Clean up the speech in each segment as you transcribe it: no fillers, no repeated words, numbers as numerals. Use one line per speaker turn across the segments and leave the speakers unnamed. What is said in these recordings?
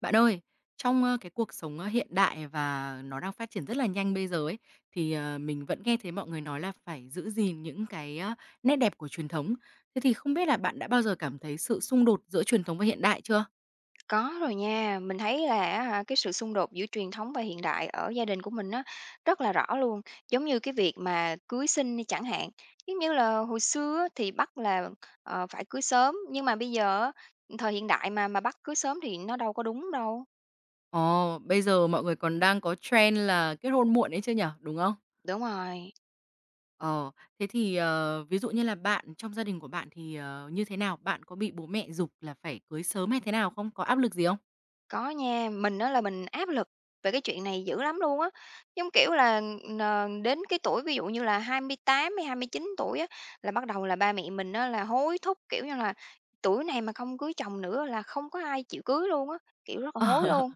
Bạn ơi, trong, cái cuộc sống, hiện đại và nó đang phát triển rất là nhanh bây giờ ấy, mình vẫn nghe thấy mọi người nói là phải giữ gìn những cái, nét đẹp của truyền thống. Thế thì không biết là bạn đã bao giờ cảm thấy sự xung đột giữa truyền thống và hiện đại chưa?
Có rồi nha, mình thấy là á cái sự xung đột giữa truyền thống và hiện đại ở gia đình của mình á, rất là rõ luôn. Giống như cái việc mà cưới xin đi chẳng hạn, giống như là hồi xưa á thì bắt là, phải cưới sớm, nhưng mà bây giờ á, thời hiện đại mà bắt cưới sớm thì nó đâu có đúng đâu.
Ồ, bây giờ mọi người còn đang có trend là kết hôn muộn ấy chứ nhỉ, đúng không?
Đúng rồi.
Ờ, thế thì, ví dụ như là bạn trong gia đình của bạn thì như thế nào? Bạn có bị bố mẹ giục là phải cưới sớm hay thế nào không? Có áp lực gì không?
Có nha, mình đó là mình áp lực về cái chuyện này dữ lắm luôn á. Giống kiểu là, đến cái tuổi ví dụ như là 28 hay 29 tuổi á, là bắt đầu là ba mẹ mình đó là hối thúc, kiểu như là, tuổi này mà không cưới chồng nữa là không có ai chịu cưới luôn á, kiểu, rất là hối
Ờ.
luôn.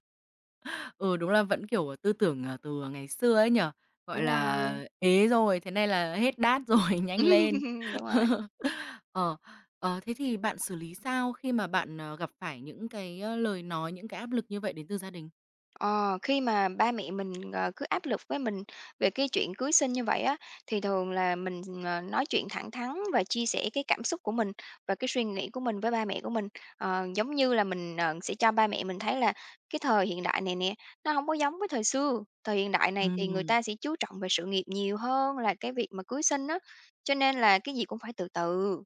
Ừ, đúng là vẫn, kiểu, tư tưởng, từ ngày xưa ấy nhở. Gọi
Đúng
là
rồi.
ế rồi, thế này là hết đát rồi, nhanh lên.
Đúng rồi.
Ờ, thế thì bạn xử lý sao khi mà bạn gặp phải những cái, lời nói, những cái áp lực như vậy đến từ gia đình?
Ờ, khi mà ba mẹ mình, cứ áp lực với mình về cái chuyện cưới xin như vậy á, thì thường là mình, nói chuyện thẳng thắn và chia sẻ cái cảm xúc của mình và cái suy nghĩ của mình với ba mẹ của mình. Giống như là mình, sẽ cho ba mẹ mình thấy là cái thời hiện đại này nè, nó không có giống với thời xưa. Thời hiện đại này thì người
Ừm,
ta sẽ chú trọng về sự nghiệp nhiều hơn là cái việc mà cưới xin á, cho nên là cái gì cũng phải từ từ.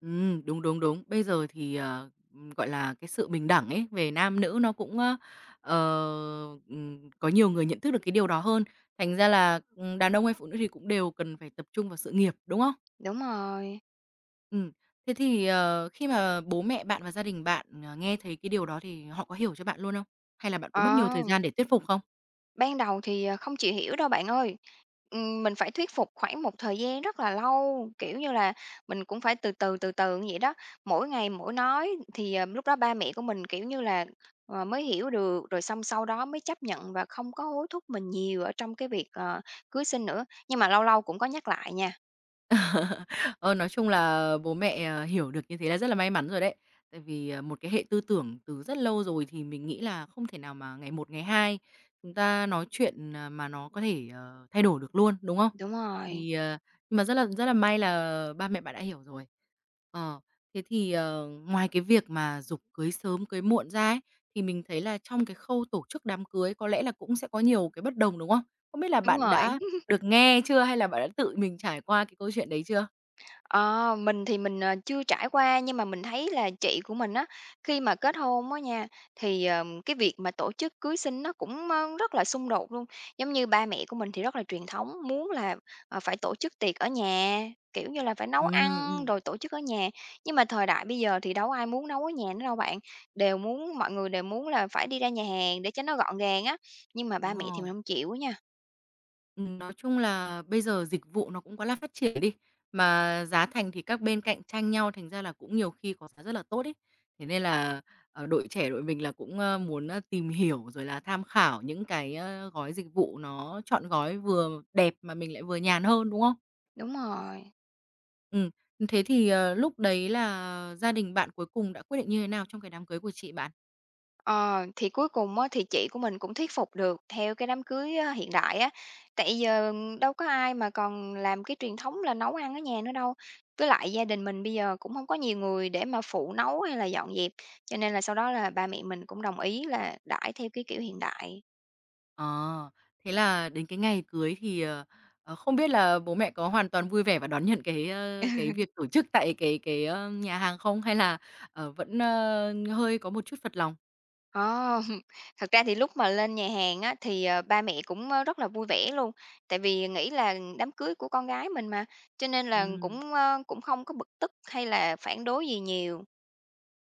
đúng. Bây giờ thì, gọi là, cái sự bình đẳng ấy, về nam nữ nó cũng, ờ, có nhiều người nhận thức được cái điều đó hơn. Thành ra là, đàn ông hay phụ nữ thì cũng đều cần phải tập trung vào sự nghiệp, đúng không?
Đúng rồi.
Ừm. Thế thì, khi mà bố mẹ bạn và gia đình bạn, nghe thấy cái điều đó thì họ có hiểu cho bạn luôn không? Hay là bạn có mất nhiều
Ờ.
thời gian để thuyết phục không?
Ban đầu thì, không chịu hiểu đâu bạn ơi. Mình phải thuyết phục khoảng một thời gian rất là lâu, kiểu như là, mình cũng phải từ từ, từ từ như vậy đó. Mỗi ngày mỗi nói thì, lúc đó ba mẹ của mình, kiểu như là, mới hiểu được, rồi xong sau đó mới chấp nhận và không có hối thúc mình nhiều ở trong cái việc, cưới xin nữa. Nhưng mà lâu lâu cũng có nhắc lại nha.
Ờ, nói chung là bố mẹ hiểu được như thế là rất là may mắn rồi đấy. Tại vì một cái hệ tư tưởng từ rất lâu rồi thì mình nghĩ là không thể nào mà ngày một, ngày hai chúng ta nói chuyện, à, mà nó có thể thay đổi được luôn, đúng không?
Đúng rồi,
Thì, ờ, nhưng mà rất là may là ba mẹ bạn đã hiểu rồi. Ờ, thế thì, ngoài cái việc mà giục cưới sớm, cưới muộn ra ấy, thì mình thấy là trong cái khâu tổ chức đám cưới có lẽ là cũng sẽ có nhiều cái bất đồng, đúng không? Không biết là
đúng
bạn
rồi.
đã được nghe chưa hay là bạn đã tự mình trải qua cái câu chuyện đấy chưa?
Ờ, mình thì mình, chưa trải qua nhưng mà mình thấy là chị của mình á, khi mà kết hôn á nha, thì, cái việc mà tổ chức cưới xin nó cũng, rất là xung đột luôn. Giống như ba mẹ của mình thì rất là truyền thống, muốn là, phải tổ chức tiệc ở nhà, kiểu như là, phải nấu
Ừm,
ăn
ừm,
rồi tổ chức ở nhà. Nhưng mà thời đại bây giờ thì đâu ai muốn nấu ở nhà nữa đâu bạn, đều muốn mọi người đều muốn là phải đi ra nhà hàng để cho nó gọn gàng á, nhưng mà ba
đúng
mẹ thì
rồi.
mình hông chịu á nha.
Nói chung là bây giờ dịch vụ nó cũng quá là phát triển đi, mà giá thành thì các bên cạnh tranh nhau, thành ra là cũng nhiều khi có giá rất là tốt ấy. Thế nên là, đội trẻ đội mình là cũng muốn, tìm hiểu rồi là tham khảo những cái, gói dịch vụ nó chọn gói vừa đẹp mà mình lại vừa nhàn hơn, đúng không?
Đúng rồi.
Ừ thế thì, lúc đấy là gia đình bạn cuối cùng đã quyết định như thế nào trong cái đám cưới của chị bạn?
Ờ, thì cuối cùng á, thì chị của mình cũng thuyết phục được theo cái đám cưới á, hiện đại á, tại giờ đâu có ai mà còn làm cái truyền thống là nấu ăn ở nhà nữa đâu. Với lại gia đình mình bây giờ cũng không có nhiều người để mà phụ nấu hay là dọn dẹp, cho nên là sau đó là ba mẹ mình cũng đồng ý là đãi theo cái kiểu hiện đại.
Ờ, thế là đến cái ngày cưới thì, ờ, ờ, không biết là bố mẹ có hoàn toàn vui vẻ và đón nhận cái, cái việc tổ chức tại cái nhà hàng không? Hay là, vẫn, hơi có một chút phật lòng?
Ờ, thật ra thì lúc mà lên nhà hàng á, thì, ba mẹ cũng, rất là vui vẻ luôn, tại vì nghĩ là đám cưới của con gái mình mà, cho nên là
Ừm,
cũng, cũng không có bực tức hay là phản đối gì nhiều.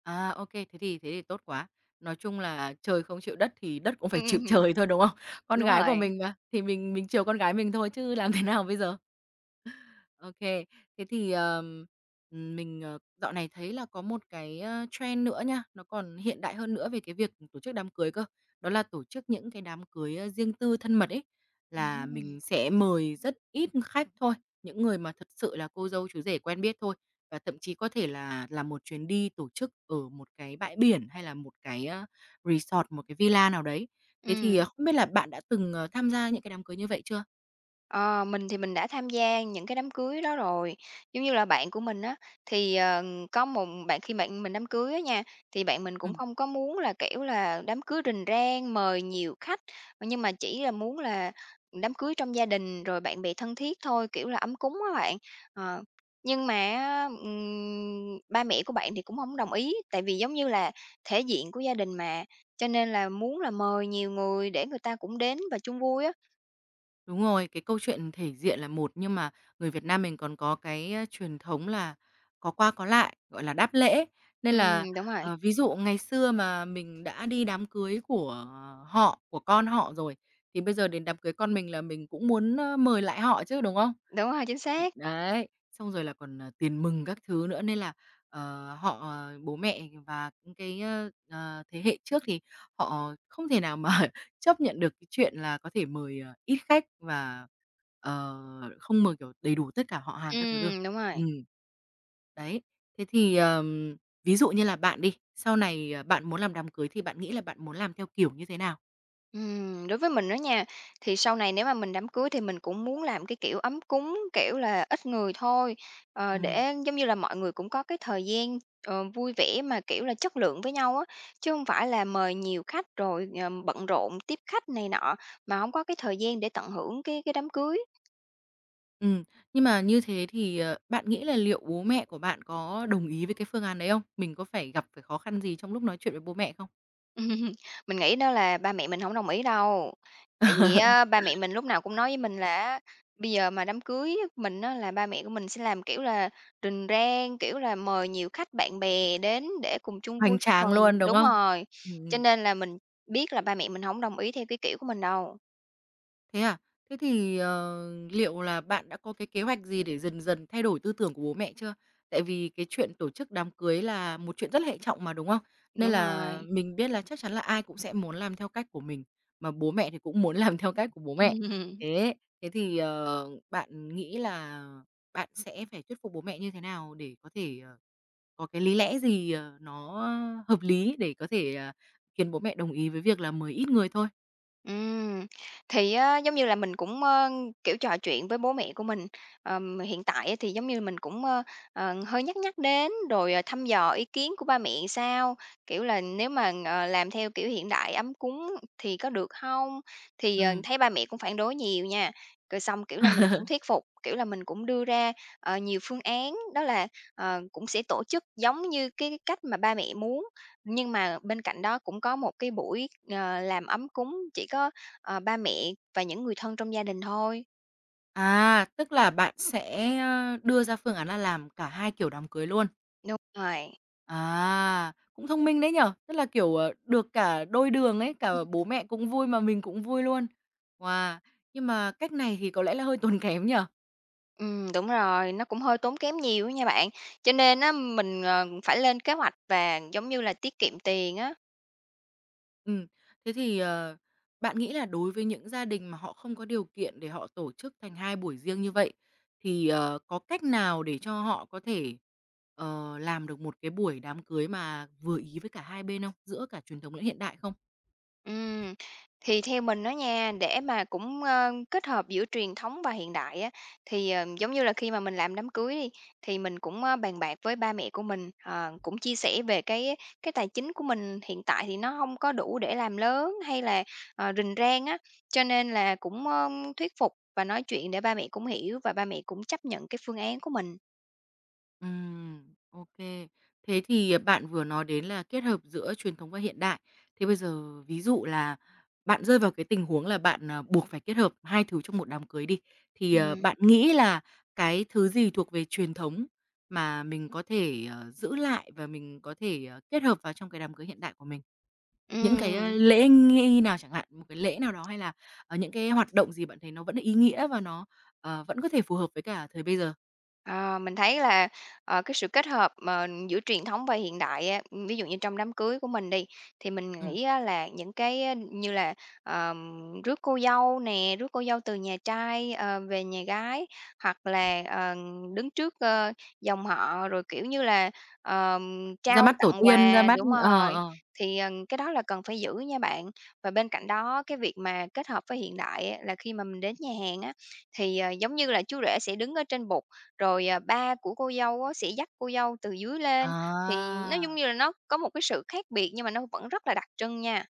à, ô thế thì tốt quá. Nói chung là trời không chịu đất thì đất cũng phải
Ừm,
chịu
ừm, ừm,
trời thôi, đúng không? Con
đúng
gái của
rồi.
mình mà, thì mình chiều con gái mình thôi chứ làm thế nào bây giờ? OK. Thế thì, dạo này thấy là có một cái, trend nữa nha, nó còn hiện đại hơn nữa về cái việc tổ chức đám cưới cơ. Đó là tổ chức những cái đám cưới, riêng tư thân mật ấy, là mình
Ừm,
sẽ mời rất ít khách thôi, những người mà thật sự là cô dâu chú rể quen biết thôi. Và thậm chí có thể là một chuyến đi tổ chức ở một cái bãi biển hay là một cái, resort, một cái villa nào đấy. Thế thì,
ừm,
không biết là bạn đã từng tham gia những cái đám cưới như vậy chưa?
Ờ, mình thì mình đã tham gia những cái đám cưới đó rồi. Giống như là bạn của mình á, thì, có một bạn khi bạn mình đám cưới á nha, thì bạn mình cũng không có muốn là, kiểu là, đám cưới rình rang, mời nhiều khách, nhưng mà chỉ là muốn là đám cưới trong gia đình, rồi bạn bè thân thiết thôi, kiểu là, ấm cúng á bạn. Ờ, nhưng mà ba mẹ của bạn thì cũng không đồng ý, tại vì giống như là thể diện của gia đình mà, cho nên là muốn là mời nhiều người để người ta cũng đến và chung vui á.
Đúng rồi, cái câu chuyện thể diện là một, nhưng mà người Việt Nam mình còn có cái, a, truyền thống là có qua có lại, gọi là, đáp lễ. Nên là,
Đúng rồi.
ờ, ví dụ ngày xưa mà mình đã đi đám cưới của họ, của con họ rồi, thì bây giờ đến đám cưới con mình là mình cũng muốn, mời lại họ chứ, đúng không?
Đúng rồi, chính xác.
Đấy, xong rồi là còn tiền mừng các thứ nữa, nên là, ờ, họ, ờ bố mẹ và những cái, thế hệ trước thì họ không thể nào mà chấp nhận được cái chuyện là có thể mời ít khách và, ờ, không mời, kiểu, đầy đủ tất cả họ hàng các thứ được.
Đúng rồi.
Ừm. Đấy, thế thì, ví dụ như là bạn đi, sau này, bạn muốn làm đám cưới thì bạn nghĩ là bạn muốn làm theo kiểu như thế nào?
Đối với mình đó nha, thì sau này nếu mà mình đám cưới thì mình cũng muốn làm cái kiểu ấm cúng, kiểu là, ít người thôi,
Ừm,
để giống như là mọi người cũng có cái thời gian, vui vẻ mà, kiểu là, chất lượng với nhau á. Chứ không phải là mời nhiều khách rồi, bận rộn tiếp khách này nọ, mà không có cái thời gian để tận hưởng cái đám cưới.
ừm, nhưng mà như thế thì, bạn nghĩ là liệu bố mẹ của bạn có đồng ý với cái phương án đấy không? Mình có phải gặp phải khó khăn gì trong lúc nói chuyện với bố mẹ không?
Ừm, mình nghĩ đó là ba mẹ mình hổng đồng ý đâu, tại vì á ba mẹ mình lúc nào cũng nói với mình là á bây giờ mà đám cưới mình á là ba mẹ của mình sẽ làm, kiểu là, rình rang, kiểu là, mời nhiều khách bạn bè đến để cùng chung
Hoành
vui chúc
tráng luôn,
mừng
đúng
đúng
không?
rồi, cho
Ừm,
nên là mình biết là ba mẹ mình hổng đồng ý theo cái kiểu của mình đâu.
Thế à? Thế thì, liệu là bạn đã có cái kế hoạch gì để dần dần thay đổi tư tưởng của bố mẹ chưa? Tại vì cái chuyện tổ chức đám cưới là một chuyện rất là hệ trọng mà, đúng không? Nên
Đúng
là
rồi.
mình biết là chắc chắn là ai cũng sẽ muốn làm theo cách của mình, mà bố mẹ thì cũng muốn làm theo cách của bố mẹ.
Ừm.
Thế thế thì, ờ, bạn nghĩ là bạn sẽ phải thuyết phục bố mẹ như thế nào để có thể có cái lý lẽ gì, nó hợp lý để có thể, à, khiến bố mẹ đồng ý với việc là mời ít người thôi?
Ừm, thì á, giống như là mình cũng, kiểu, trò chuyện với bố mẹ của mình, hiện tại á thì giống như mình cũng, hơi nhắc nhắc đến, rồi, thăm dò ý kiến của ba mẹ sao, kiểu là, nếu mà, làm theo kiểu hiện đại ấm cúng thì có được không. Thì,
Ừm.
thấy ba mẹ cũng phản đối nhiều nha, rồi xong, kiểu là, mình cũng thuyết phục, kiểu là, mình cũng đưa ra, nhiều phương án đó là, cũng sẽ tổ chức giống như cái cách mà ba mẹ muốn. Nhưng mà bên cạnh đó cũng có một cái buổi, làm ấm cúng chỉ có, ba mẹ và những người thân trong gia đình thôi.
À, tức là bạn sẽ, đưa ra phương án là làm cả hai kiểu đám cưới luôn.
Đúng rồi.
À, cũng thông minh đấy nhở. Tức là, kiểu, được cả đôi đường ấy, cả
Ừm.
bố mẹ cũng vui mà mình cũng vui luôn. Wow! Nhưng mà cách này thì có lẽ là hơi tốn kém nhở.
Đúng rồi, nó cũng hơi tốn kém nhiều á nha bạn. Cho nên á mình, phải lên kế hoạch và, giống như là, tiết kiệm tiền á.
Ừm, thế thì, bạn nghĩ là đối với những gia đình mà họ không có điều kiện để họ tổ chức thành 2 buổi riêng như vậy, thì có cách nào để cho họ có thể, làm được một cái buổi đám cưới mà vừa ý với cả hai bên không? Giữa cả truyền thống lẫn hiện đại không?
Ừm, thì theo mình á nha, để mà cũng, kết hợp giữa truyền thống và hiện đại á, thì, giống như là khi mà mình làm đám cưới đi, thì mình cũng, bàn bạc với ba mẹ của mình, cũng chia sẻ về cái tài chính của mình hiện tại thì nó không có đủ để làm lớn hay là, rình rang á, cho nên là cũng, thuyết phục và nói chuyện để ba mẹ cũng hiểu và ba mẹ cũng chấp nhận cái phương án của mình.
Ok. Thế thì à, bạn vừa nói đến là kết hợp giữa truyền thống và hiện đại. Thế bây giờ ví dụ là bạn rơi vào cái tình huống là bạn, à, buộc phải kết hợp hai thứ trong một đám cưới đi, thì
Ừm,
bạn nghĩ là cái thứ gì thuộc về truyền thống mà mình có thể, giữ lại và mình có thể, kết hợp vào trong cái đám cưới hiện đại của mình? Những cái,
ừm.
lễ nghi nào chẳng hạn, một cái lễ nào đó hay là, những cái hoạt động gì bạn thấy nó vẫn ý nghĩa và nó, vẫn có thể phù hợp với cả thời bây giờ?
Ờ, mình thấy là, cái sự kết hợp mà giữa truyền thống và hiện đại á, ví dụ như trong đám cưới của mình đi, thì mình
Ừ.
nghĩ á là những cái á như là, rước cô dâu nè, rước cô dâu từ nhà trai, về nhà gái, hoặc là, đứng trước, dòng họ rồi, kiểu như là,
Ra
trao
mắt tổ
tặng
tiên, ra
quà
mắt.
đúng rồi, thì, cái đó là cần phải giữ nha bạn. Và bên cạnh đó cái việc mà kết hợp với hiện đại á là khi mà mình đến nhà hàng á, thì, giống như là chú rể sẽ đứng ở trên bục rồi, à, ba của cô dâu á sẽ dắt cô dâu từ dưới lên, thì
À,
nó giống như là nó có một cái sự khác biệt nhưng mà nó vẫn rất là đặc trưng nha.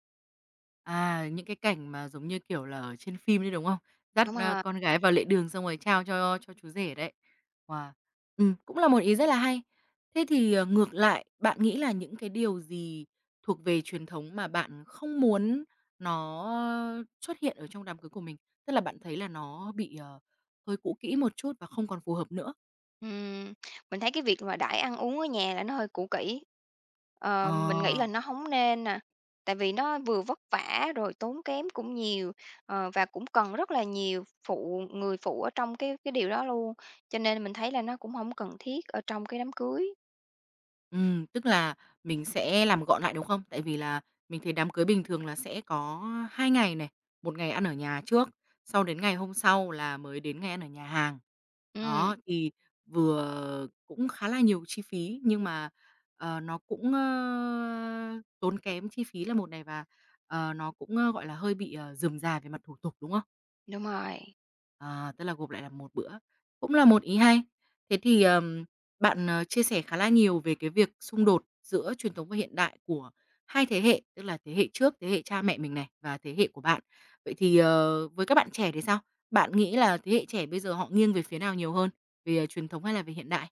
à, những cái cảnh mà giống như, kiểu là, ở trên phim đấy, đúng không? Dắt,
Đúng
a,
rồi,
con gái vào lễ đường xong rồi trao cho chú rể đấy. Wow! Cũng là một ý rất là hay. Thế thì, ngược lại, bạn nghĩ là những cái điều gì thuộc về truyền thống mà bạn không muốn nó xuất hiện ở trong đám cưới của mình? Tức là bạn thấy là nó bị hơi cũ kỹ một chút và không còn phù hợp nữa?
ừm, mình thấy cái việc mà đãi ăn uống ở nhà là nó hơi cũ kỹ.
Ờ.
Mình nghĩ là nó không nên nè, tại vì nó vừa vất vả rồi tốn kém cũng nhiều, và cũng cần rất là nhiều phụ người phụ ở trong cái điều đó luôn, cho nên mình thấy là nó cũng không cần thiết ở trong cái đám cưới.
Tức là mình sẽ làm gọn lại, đúng không? Tại vì là mình thấy đám cưới bình thường là sẽ có 2 ngày này, một ngày ăn ở nhà trước, sau đến ngày hôm sau là mới đến ngày ăn ở nhà hàng.
Ừm,
Đó, thì vừa cũng khá là nhiều chi phí nhưng mà, nó cũng tốn kém chi phí là một này và, nó cũng gọi là, hơi bị rườm rà về mặt thủ tục, đúng không?
đúng rồi.
À, tức là gộp lại là một bữa, cũng là một ý hay. Thế thì, bạn, chia sẻ khá là nhiều về cái việc xung đột giữa truyền thống và hiện đại của hai thế hệ, tức là thế hệ trước, thế hệ cha mẹ mình này và thế hệ của bạn. Vậy thì, với các bạn trẻ thì sao? Bạn nghĩ là thế hệ trẻ bây giờ họ nghiêng về phía nào nhiều hơn, về truyền thống hay là về hiện đại?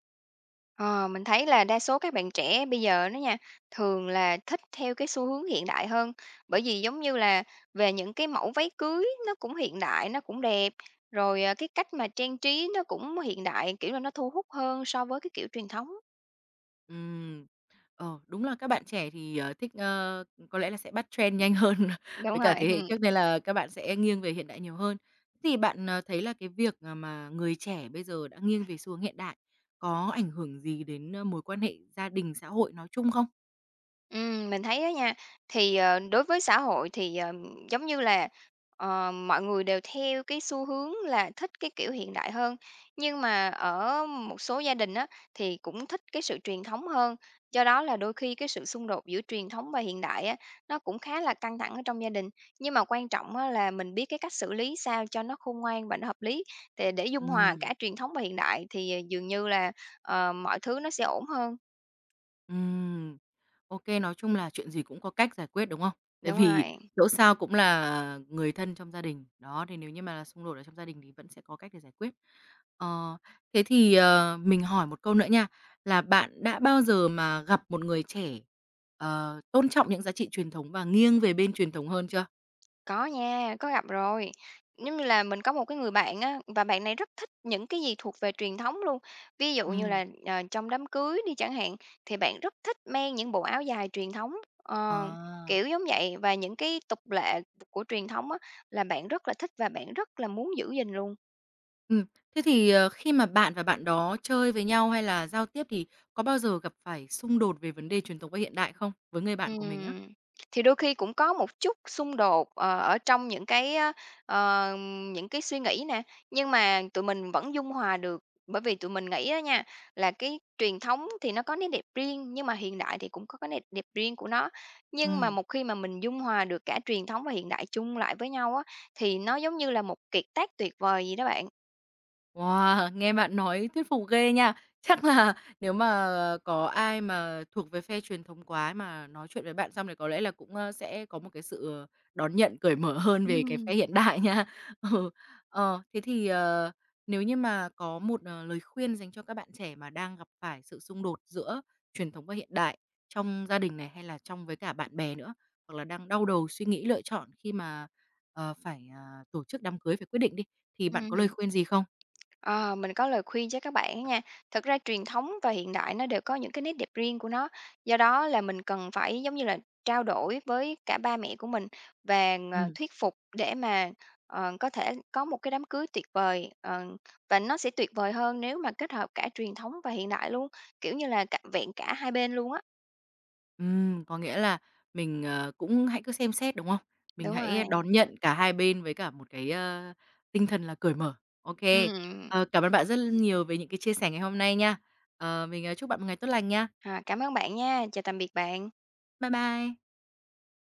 Ờ, mình thấy là đa số các bạn trẻ bây giờ đó nha, thường là thích theo cái xu hướng hiện đại hơn, bởi vì giống như là về những cái mẫu váy cưới nó cũng hiện đại, nó cũng đẹp, rồi, cái cách mà trang trí nó cũng hiện đại, kiểu là, nó thu hút hơn so với cái kiểu truyền thống.
Ừm. Ờ, đúng là các bạn trẻ thì thích, có lẽ là sẽ bắt trend nhanh hơn với
Đúng
cả
rồi.
thế hệ trước nên là các bạn sẽ nghiêng về hiện đại nhiều hơn. Thế thì bạn thấy là cái việc, à, mà người trẻ bây giờ đã nghiêng về xu hướng hiện đại có ảnh hưởng gì đến, mối quan hệ gia đình, xã hội nói chung không?
Mình thấy đó nha, thì, đối với xã hội thì, giống như là, mọi người đều theo cái xu hướng là thích cái kiểu hiện đại hơn, nhưng mà ở một số gia đình á, thì cũng thích cái sự truyền thống hơn. Do đó là đôi khi cái sự xung đột giữa truyền thống và hiện đại á, nó cũng khá là căng thẳng ở trong gia đình. Nhưng mà quan trọng á là mình biết cái cách xử lý sao cho nó khôn ngoan và nó hợp lý, thì để dung hòa
Ừm,
cả truyền thống và hiện đại thì dường như là, mọi thứ nó sẽ ổn hơn.
ừm. OK, nói chung là chuyện gì cũng có cách giải quyết, đúng không? Tại
Đúng
vì
rồi.
dẫu sao cũng là người thân trong gia đình, đó, thì nếu như mà là xung đột ở trong gia đình thì vẫn sẽ có cách để giải quyết. Ờ, thế thì, mình hỏi một câu nữa nha, là bạn đã bao giờ mà gặp một người trẻ, tôn trọng những giá trị truyền thống và nghiêng về bên truyền thống hơn chưa?
Có nha, có gặp rồi. Giống như là mình có một cái người bạn á, và bạn này rất thích những cái gì thuộc về truyền thống luôn. Ví dụ như
Ừm.
là, trong đám cưới đi chẳng hạn, thì bạn rất thích mang những bộ áo dài truyền thống, ờ,
À,
kiểu giống vậy. Và những cái tục lệ của truyền thống á, là bạn rất là thích và bạn rất là muốn giữ gìn luôn.
ừm, thế thì, khi mà bạn và bạn đó chơi với nhau hay là giao tiếp thì có bao giờ gặp phải xung đột về vấn đề truyền thống và hiện đại không? Với người bạn của mình á.
Ừm, thì đôi khi cũng có một chút xung đột, ở trong những cái á, ờ, những cái suy nghĩ nè, nhưng mà tụi mình vẫn dung hòa được. Bởi vì tụi mình nghĩ đó nha, là cái truyền thống thì nó có nét đẹp riêng, nhưng mà hiện đại thì cũng có cái nét đẹp riêng của nó. Nhưng mà
Ừ.
một khi mà mình dung hòa được cả truyền thống và hiện đại chung lại với nhau á, thì nó giống như là một kiệt tác tuyệt vời vậy đó bạn.
Wow, nghe bạn nói thuyết phục ghê nha. Chắc là nếu mà có ai mà thuộc về phe truyền thống quá mà nói chuyện với bạn xong thì có lẽ là cũng, sẽ có một cái sự đón nhận cởi mở hơn về cái phe
Ừm,
hiện đại nha. Ừ, thế thì, nếu như mà có một, lời khuyên dành cho các bạn trẻ mà đang gặp phải sự xung đột giữa truyền thống và hiện đại trong gia đình này, hay là trong với cả bạn bè nữa, hoặc là đang đau đầu suy nghĩ lựa chọn khi mà, phải, à, tổ chức đám cưới, phải quyết định đi, thì bạn có lời
ừm.
khuyên gì không?
Ờ, mình có lời khuyên cho các bạn á nha. Thật ra truyền thống và hiện đại nó đều có những cái nét đẹp riêng của nó. Do đó là mình cần phải giống như là trao đổi với cả ba mẹ của mình và
Ừm,
thuyết phục để mà có thể có một cái đám cưới tuyệt vời và nó sẽ tuyệt vời hơn nếu mà kết hợp cả truyền thống và hiện đại luôn, kiểu như là cả, vẹn cả hai bên luôn á.
có nghĩa là mình cũng hãy cứ xem xét, đúng không? Mình
Đúng
hãy
rồi.
đón nhận cả hai bên với cả một cái, tinh thần là cởi mở. Ô kê,
Ừm.
cảm ơn bạn rất nhiều về những cái chia sẻ ngày hôm nay nha. Mình chúc bạn một ngày tốt lành nha.
À, cảm ơn bạn nha. Chào tạm biệt bạn.
Bye bye.